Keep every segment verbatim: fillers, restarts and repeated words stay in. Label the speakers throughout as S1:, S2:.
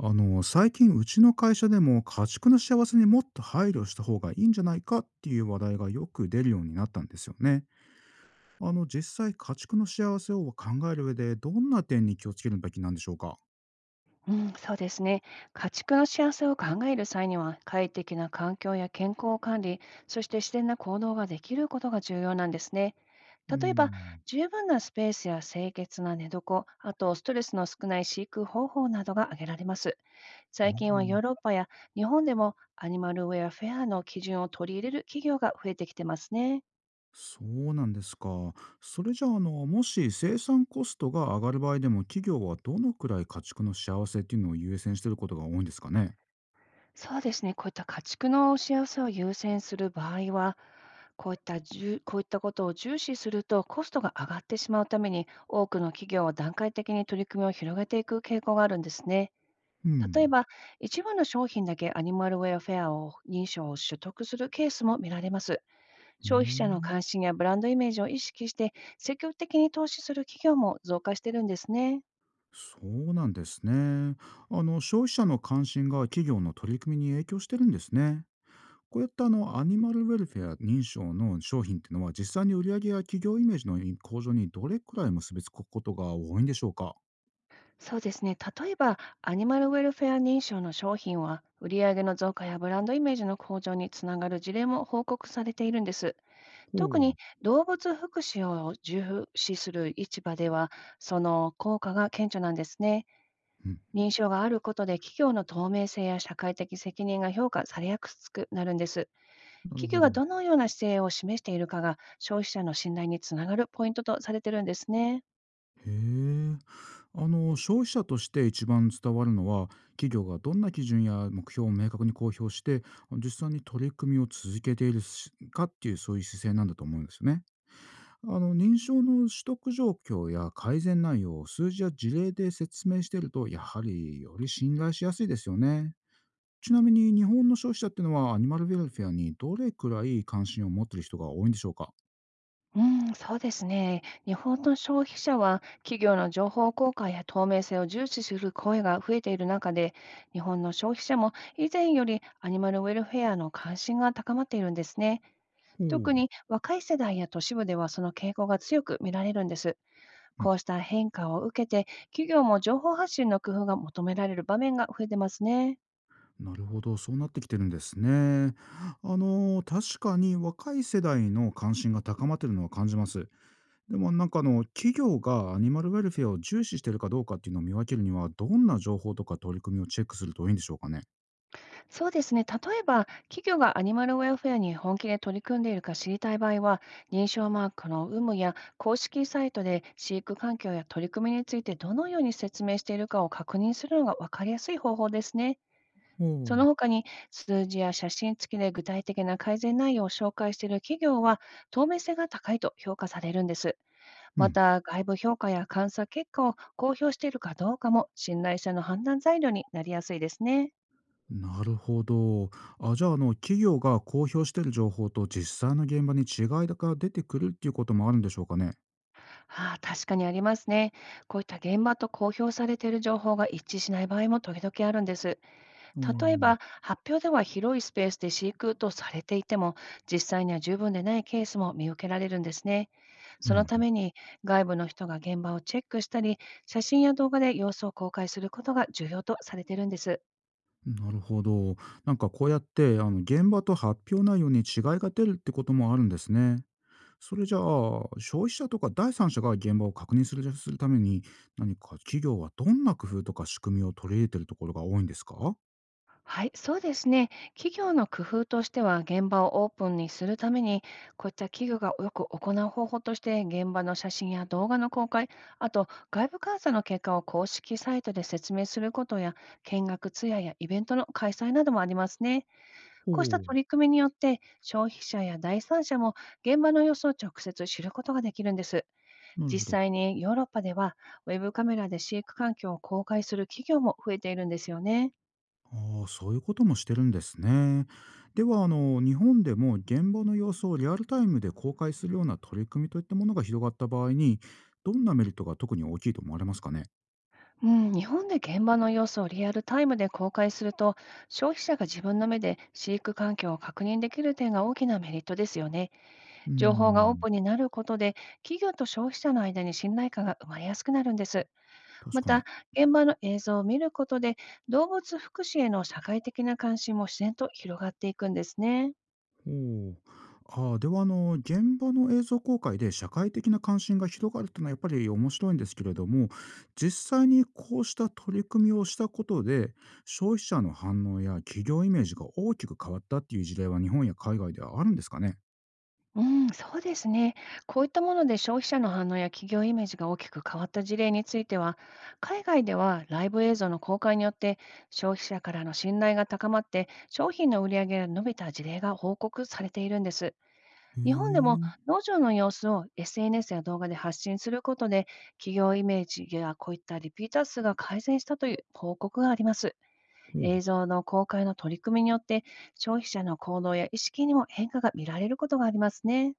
S1: あの、最近うちの会社でも家畜の幸せにもっと配慮した方がいいんじゃないかっていう話題がよく出るようになったんですよね。あの、実際家畜の幸せを考える上でどんな点に気をつけるべきなんでしょうか。
S2: うん、そうですね。家畜の幸せを考える際には、快適な環境や健康管理、そして自然な行動ができることが重要なんですね。
S1: う
S2: 例えば、
S1: ん。
S2: 十分なスペースや清潔な寝床、あとストレスの少ない飼育方法などが挙げられます。
S1: あ
S2: 最近はヨ
S1: ー。
S2: ーロッパや日本でもアニマルウェアフェアの基準を取り入れる企業が増えてきてますね。
S1: そうなんですか。それじゃあ、あの、もし生産コストが上がる場合でも企業はどのくらい家畜の幸せっていうのを優先してることが多いんですかね。
S2: そうですね、こういった家畜の幸せを優先する場合は、こういったじゅこういったことを重視するとコストが上がってしまうために、多くの企業は段階的に取り組みを広げていく傾向があるんですね。
S1: う
S2: 例え
S1: ん。
S2: ば、一部の商品だけアニマルウェルフェアを認証を取得するケースも見られます。
S1: へ
S2: 消費者の
S1: え。
S2: 関心やブランドイメージを意識して、積極的に投資する企業も増加してるんですね。
S1: そうなんですね。あの消費者の関心が企業の取り組みに影響してるんですね。こういったあのアニマルウェルフェア認証の商品っていうのは実際に売り上げや企業イメージの向上にどれくらい結びつくことが多いんでしょうか。
S2: そうですね。例えば、アニマルウェルフェア認証の商品は、売上の増加やブランドイメージの向上につながる事例も報告されているんです。
S1: ほ
S2: 特に
S1: う。
S2: 動物福祉を重視する市場では、その効果が顕著なんですね。
S1: うん、
S2: 認証があることで企業の透明性や社会的責任が評価されやすくなるんです。
S1: なる
S2: 企業
S1: ほ
S2: が
S1: ど。
S2: どのような姿勢を示しているかが消費者の信頼につながるポイントとされているんですね。
S1: へえ。あの消費者として一番伝わるのは企業がどんな基準や目標を明確に公表して実際に取り組みを続けているしかっていうそういう姿勢なんだと思うんですよね。あの認証の取得状況や改善内容を数字や事例で説明していると、やはりより信頼しやすいですよね。ちなみに日本の消費者ってのはアニマルウェルフェアにどれくらい関心を持っている人が多いんでしょうか。
S2: うん、そうですね。日本の消費者は企業の情報公開や透明性を重視する声が増えている中で、日本の消費者も以前よりアニマルウェルフェアの関心が高まっているんですね。
S1: ほう、う
S2: 特に若い世代や都市部ではその傾向が強く見られるんです。
S1: ん、
S2: こうした変化を受けて、企業も情報発信の工夫が求められる場面が増えてますね。
S1: なるほど。そうなってきてるんですね。あの確かに若い世代の関心が高まってるのは感じます。でもなんかあの企業がアニマルウェルフェアを重視しているかどうかっていうのを見分けるにはどんな情報とか取り組みをチェックするといいんでしょうかね。
S2: そうですね。例えば、企業がアニマルウェルフェアに本気で取り組んでいるか知りたい場合は、認証マークの有無や公式サイトで飼育環境や取り組みについてどのように説明しているかを確認するのが分かりやすい方法ですね。
S1: ほ
S2: その
S1: う。
S2: 他に、数字や写真付きで具体的な改善内容を紹介している企業は、透明性が高いと評価されるんです。
S1: う
S2: ま
S1: ん、
S2: た、外部評価や監査結果を公表しているかどうかも、信頼者の判断材料になりやすいですね。
S1: なるほど。あ、じゃあ、あの、企業が公表している情報と実際の現場に違いが出てくるっていうこともあるんでしょうかね？
S2: ああ、確かにありますね。こういった現場と公表されている情報が一致しない場合も時々あるんです。
S1: うー
S2: 例え
S1: ん。
S2: ば、発表では広いスペースで飼育とされていても、実際には十分でないケースも見受けられるんですね。
S1: う
S2: そのた
S1: ん、
S2: めに、外部の人が現場をチェックしたり、写真や動画で様子を公開することが重要とされているんです。
S1: なるほど。なんかこうやって、あの、現場と発表内容に違いが出るってこともあるんですね。それじゃあ、消費者とか第三者が現場を確認するするために、何か企業はどんな工夫とか仕組みを取り入れてるところが多いんですか？ほ
S2: はい、そうですね。企業の工夫としては、現場をオープンにするために、こういった企業がよく行う方法として、現場の写真や動画の公開、あと外部監査の結果を公式サイトで説明することや、見学ツアーやイベントの開催などもありますね。こうした
S1: う。
S2: 取り組みによって、消費者や第三者も現場の様子を直接知ることができるんです。
S1: なる
S2: 実
S1: ほど。
S2: 際にヨーロッパでは、ウェブカメラで飼育環境を公開する企業も増えているんですよね。
S1: ああ、そういうこともしてるんですね。では、あの、日本でも現場の様子をリアルタイムで公開するような取り組みといったものが広がった場合に、どんなメリットが特に大きいと思われますかね。
S2: うん、日本で現場の様子をリアルタイムで公開すると、消費者が自分の目で飼育環境を確認できる点が大きなメリットですよね。
S1: うー
S2: 情報がオー
S1: ん、
S2: プンになることで、企業と消費者の間に信頼感が生まれやすくなるんです。
S1: 確
S2: ま
S1: か
S2: た、
S1: に。
S2: 現場の映像を見ることで、動物福祉への社会的な関心も自然と広がっていくんですね。
S1: ほう。ああ、では、あの、現場の映像公開で社会的な関心が広がるというのはやっぱり面白いんですけれども、実際にこうした取り組みをしたことで、消費者の反応や企業イメージが大きく変わったっていう事例は日本や海外ではあるんですかね。
S2: うん、そうですね。こういったもので消費者の反応や企業イメージが大きく変わった事例については、海外ではライブ映像の公開によって消費者からの信頼が高まって、商品の売り上げが伸びた事例が報告されているんです。
S1: へえ。
S2: 日本でも農場の様子を エスエヌエス や動画で発信することで、企業イメージやこういったリピーター数が改善したという報告があります。
S1: ほう。
S2: 映像の公開の取り組みによって、消費者の行動や意識にも変化が見られることがありますね。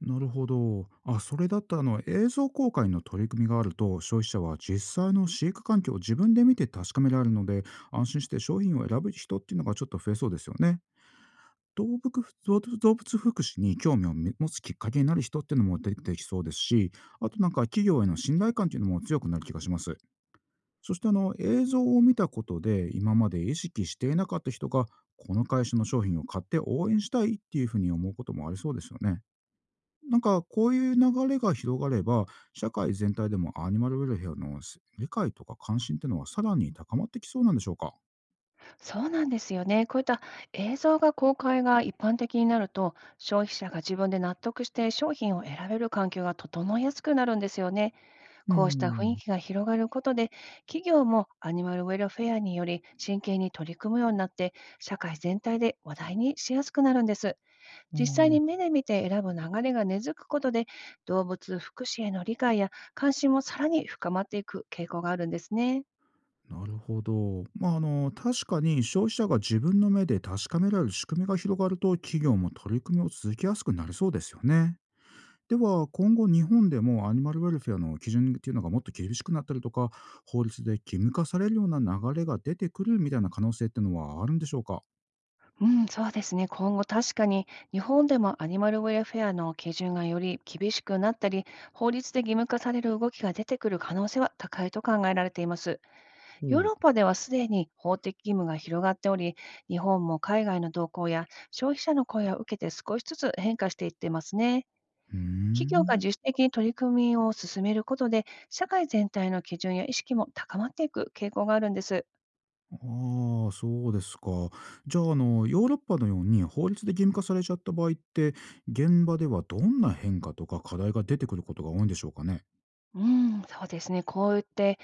S1: なるほど。あ、それだったらあの映像公開の取り組みがあると、消費者は実際の飼育環境を自分で見て確かめられるので、安心して商品を選ぶ人っていうのがちょっと増えそうですよね。動物動物動物福祉に興味を持つきっかけになる人っていうのも出てきそうですし、あとなんか企業への信頼感っていうのも強くなる気がします。そしてあの映像を見たことで、今まで意識していなかった人が、この会社の商品を買って応援したいっていうふうに思うこともありそうですよね。なんかこういう流れが広がれば、社会全体でもアニマルウェルヘアの理解とか関心っていうのはさらに高まってきそうなんでしょうか？
S2: そうなんですよね。こういった映像が公開が一般的になると、消費者が自分で納得して商品を選べる環境が整いやすくなるんですよね。
S1: うー
S2: こうした雰囲
S1: ん、
S2: 気が広がることで、企業もアニマルウェルフェアにより真剣に取り組むようになって、社会全体で話題にしやすくなるんです。
S1: あ
S2: 実際に目
S1: あ。
S2: で見て選ぶ流れが根付くことで、動物福祉への理解や関心もさらに深まっていく傾向があるんですね。
S1: なるほど。まあ、あの、確かに消費者が自分の目で確かめられる仕組みが広がると、企業も取り組みを続けやすくなりそうですよね。では、今後日本でもアニマルウェルフェアの基準っていうのがもっと厳しくなったりとか、法律で義務化されるような流れが出てくるみたいな可能性っていうのはあるんでしょうか？
S2: うん、そうですね。今後確かに日本でもアニマルウェルフェアの基準がより厳しくなったり、法律で義務化される動きが出てくる可能性は高いと考えられています。
S1: ほ
S2: ヨー
S1: う。
S2: ロッパではすでに法的義務が広がっており、日本も海外の動向や消費者の声を受けて少しずつ変化していってますね。
S1: うー
S2: 企業が
S1: ん。
S2: 自主的に取り組みを進めることで、社会全体の基準や意識も高まっていく傾向があるんです。
S1: ああ、そうですか。じゃあ、あの、ヨーロッパのように法律で義務化されちゃった場合って、現場ではどんな変化とか課題が出てくることが多いんでしょうかね。
S2: うん、そうですね。こう言って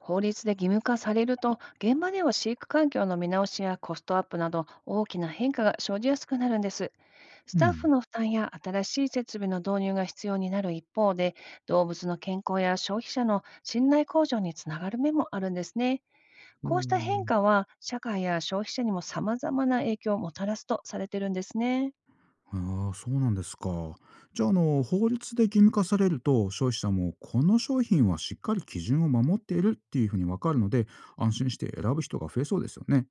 S2: 法律で義務化されると、現場では飼育環境の見直しやコストアップなど大きな変化が生じやすくなるんです。ス
S1: う
S2: タッフ
S1: ん。
S2: の負担や新しい設備の導入が必要になる一方で、動物の健康や消費者の信頼向上につながる面もあるんですね。こうした変
S1: お
S2: 化は、社会や消費者にも様々な影響をもたらすとされてるんですね。
S1: ーああ、そうなんですか。じゃあ、あの、法律で義務化されると、消費者もこの商品はしっかり基準を守っているっていうふうにわかるので、安心して選ぶ人が増えそうですよね。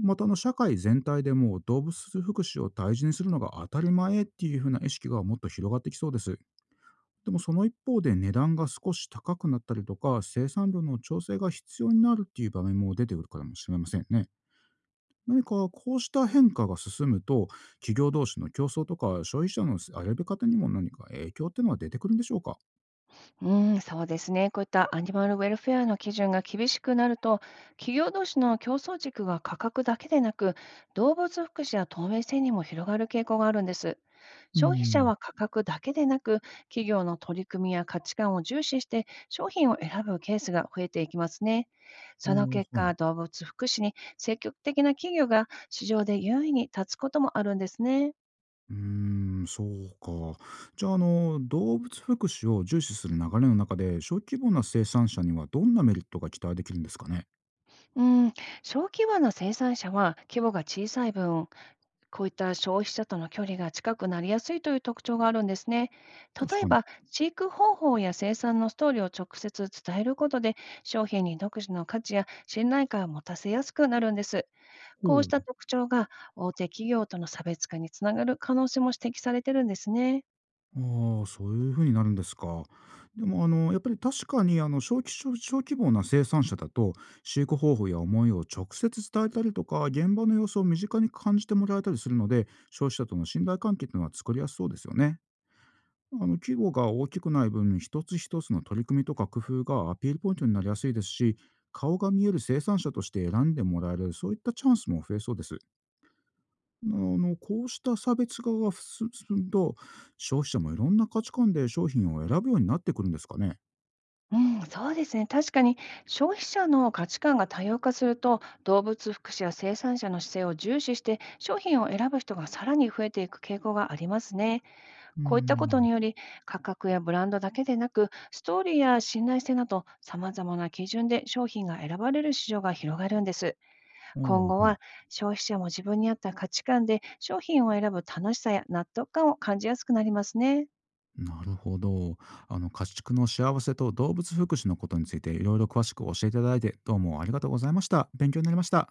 S1: また、あの、社会全体でも動物福祉を大事にするのが当たり前っていうふうな意識がもっと広がってきそうです。でもその一方で値段が少し高くなったりとか、生産量の調整が必要になるっていう場面も出てくるかもしれませんね。何かこうした変化が進むと、企業同士の競争とか消費者の選び方にも何か影響っていうのは出てくるんでしょうか。
S2: うん、そうですね。こういったアニマルウェルフェアの基準が厳しくなると、企業同士の競争軸が価格だけでなく、動物福祉や透明性にも広がる傾向があるんです。
S1: うー
S2: 消費者
S1: ん。
S2: は価格だけでなく、企業の取り組みや価値観を重視して商品を選ぶケースが増えていきますね。
S1: あ
S2: その
S1: ー、
S2: 結
S1: は
S2: 果、
S1: い。
S2: 動物福祉に積極的な企業が市場で優位に立つこともあるんですね。
S1: うーん、そうか。じゃあ、あの、動物福祉を重視する流れの中で、小規模な生産者にはどんなメリットが期待できるんですかね。
S2: うん、小規模な生産者は規模が小さい分、こういった消費者との距離が近くなりやすいという特徴があるんですね。
S1: 確
S2: 例え
S1: かに。
S2: ば、飼育方法や生産のストーリーを直接伝えることで、商品に独自の価値や信頼感を持たせやすくなるんです。
S1: ほ
S2: こうし
S1: う。
S2: た特徴が大手企業との差別化につながる可能性も指摘されてるんですね。
S1: ああ、そういうふうになるんですか。でもあの、やっぱり確かにあの、小規小小規模な生産者だと、飼育方法や思いを直接伝えたりとか、現場の様子を身近に感じてもらえたりするので、消費者との信頼関係というのは作りやすそうですよね。あの、規模が大きくない分、一つ一つの取り組みとか工夫がアピールポイントになりやすいですし、顔が見える生産者として選んでもらえる、そういったチャンスも増えそうです。あの、こうした差別化が進むと、消費者もいろんな価値観で商品を選ぶようになってくるんですかね？
S2: うん、そうですね。確かに消費者の価値観が多様化すると、動物福祉や生産者の姿勢を重視して、商品を選ぶ人がさらに増えていく傾向がありますね。
S1: うー
S2: こういったこと
S1: ん。
S2: により、価格やブランドだけでなく、ストーリーや信頼性など、様々な基準で商品が選ばれる市場が広がるんです。今
S1: お
S2: 後
S1: あ、はい。
S2: は、消費者も自分に合った価値観で商品を選ぶ楽しさや納得感を感じやすくなりますね。
S1: なるほど。あの、家畜の幸せと動物福祉のことについて、いろいろ詳しく教えていただいて、どうもありがとうございました。勉強になりました。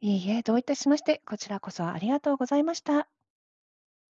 S2: いいえ、どういたしまして、こちらこそありがとうございました。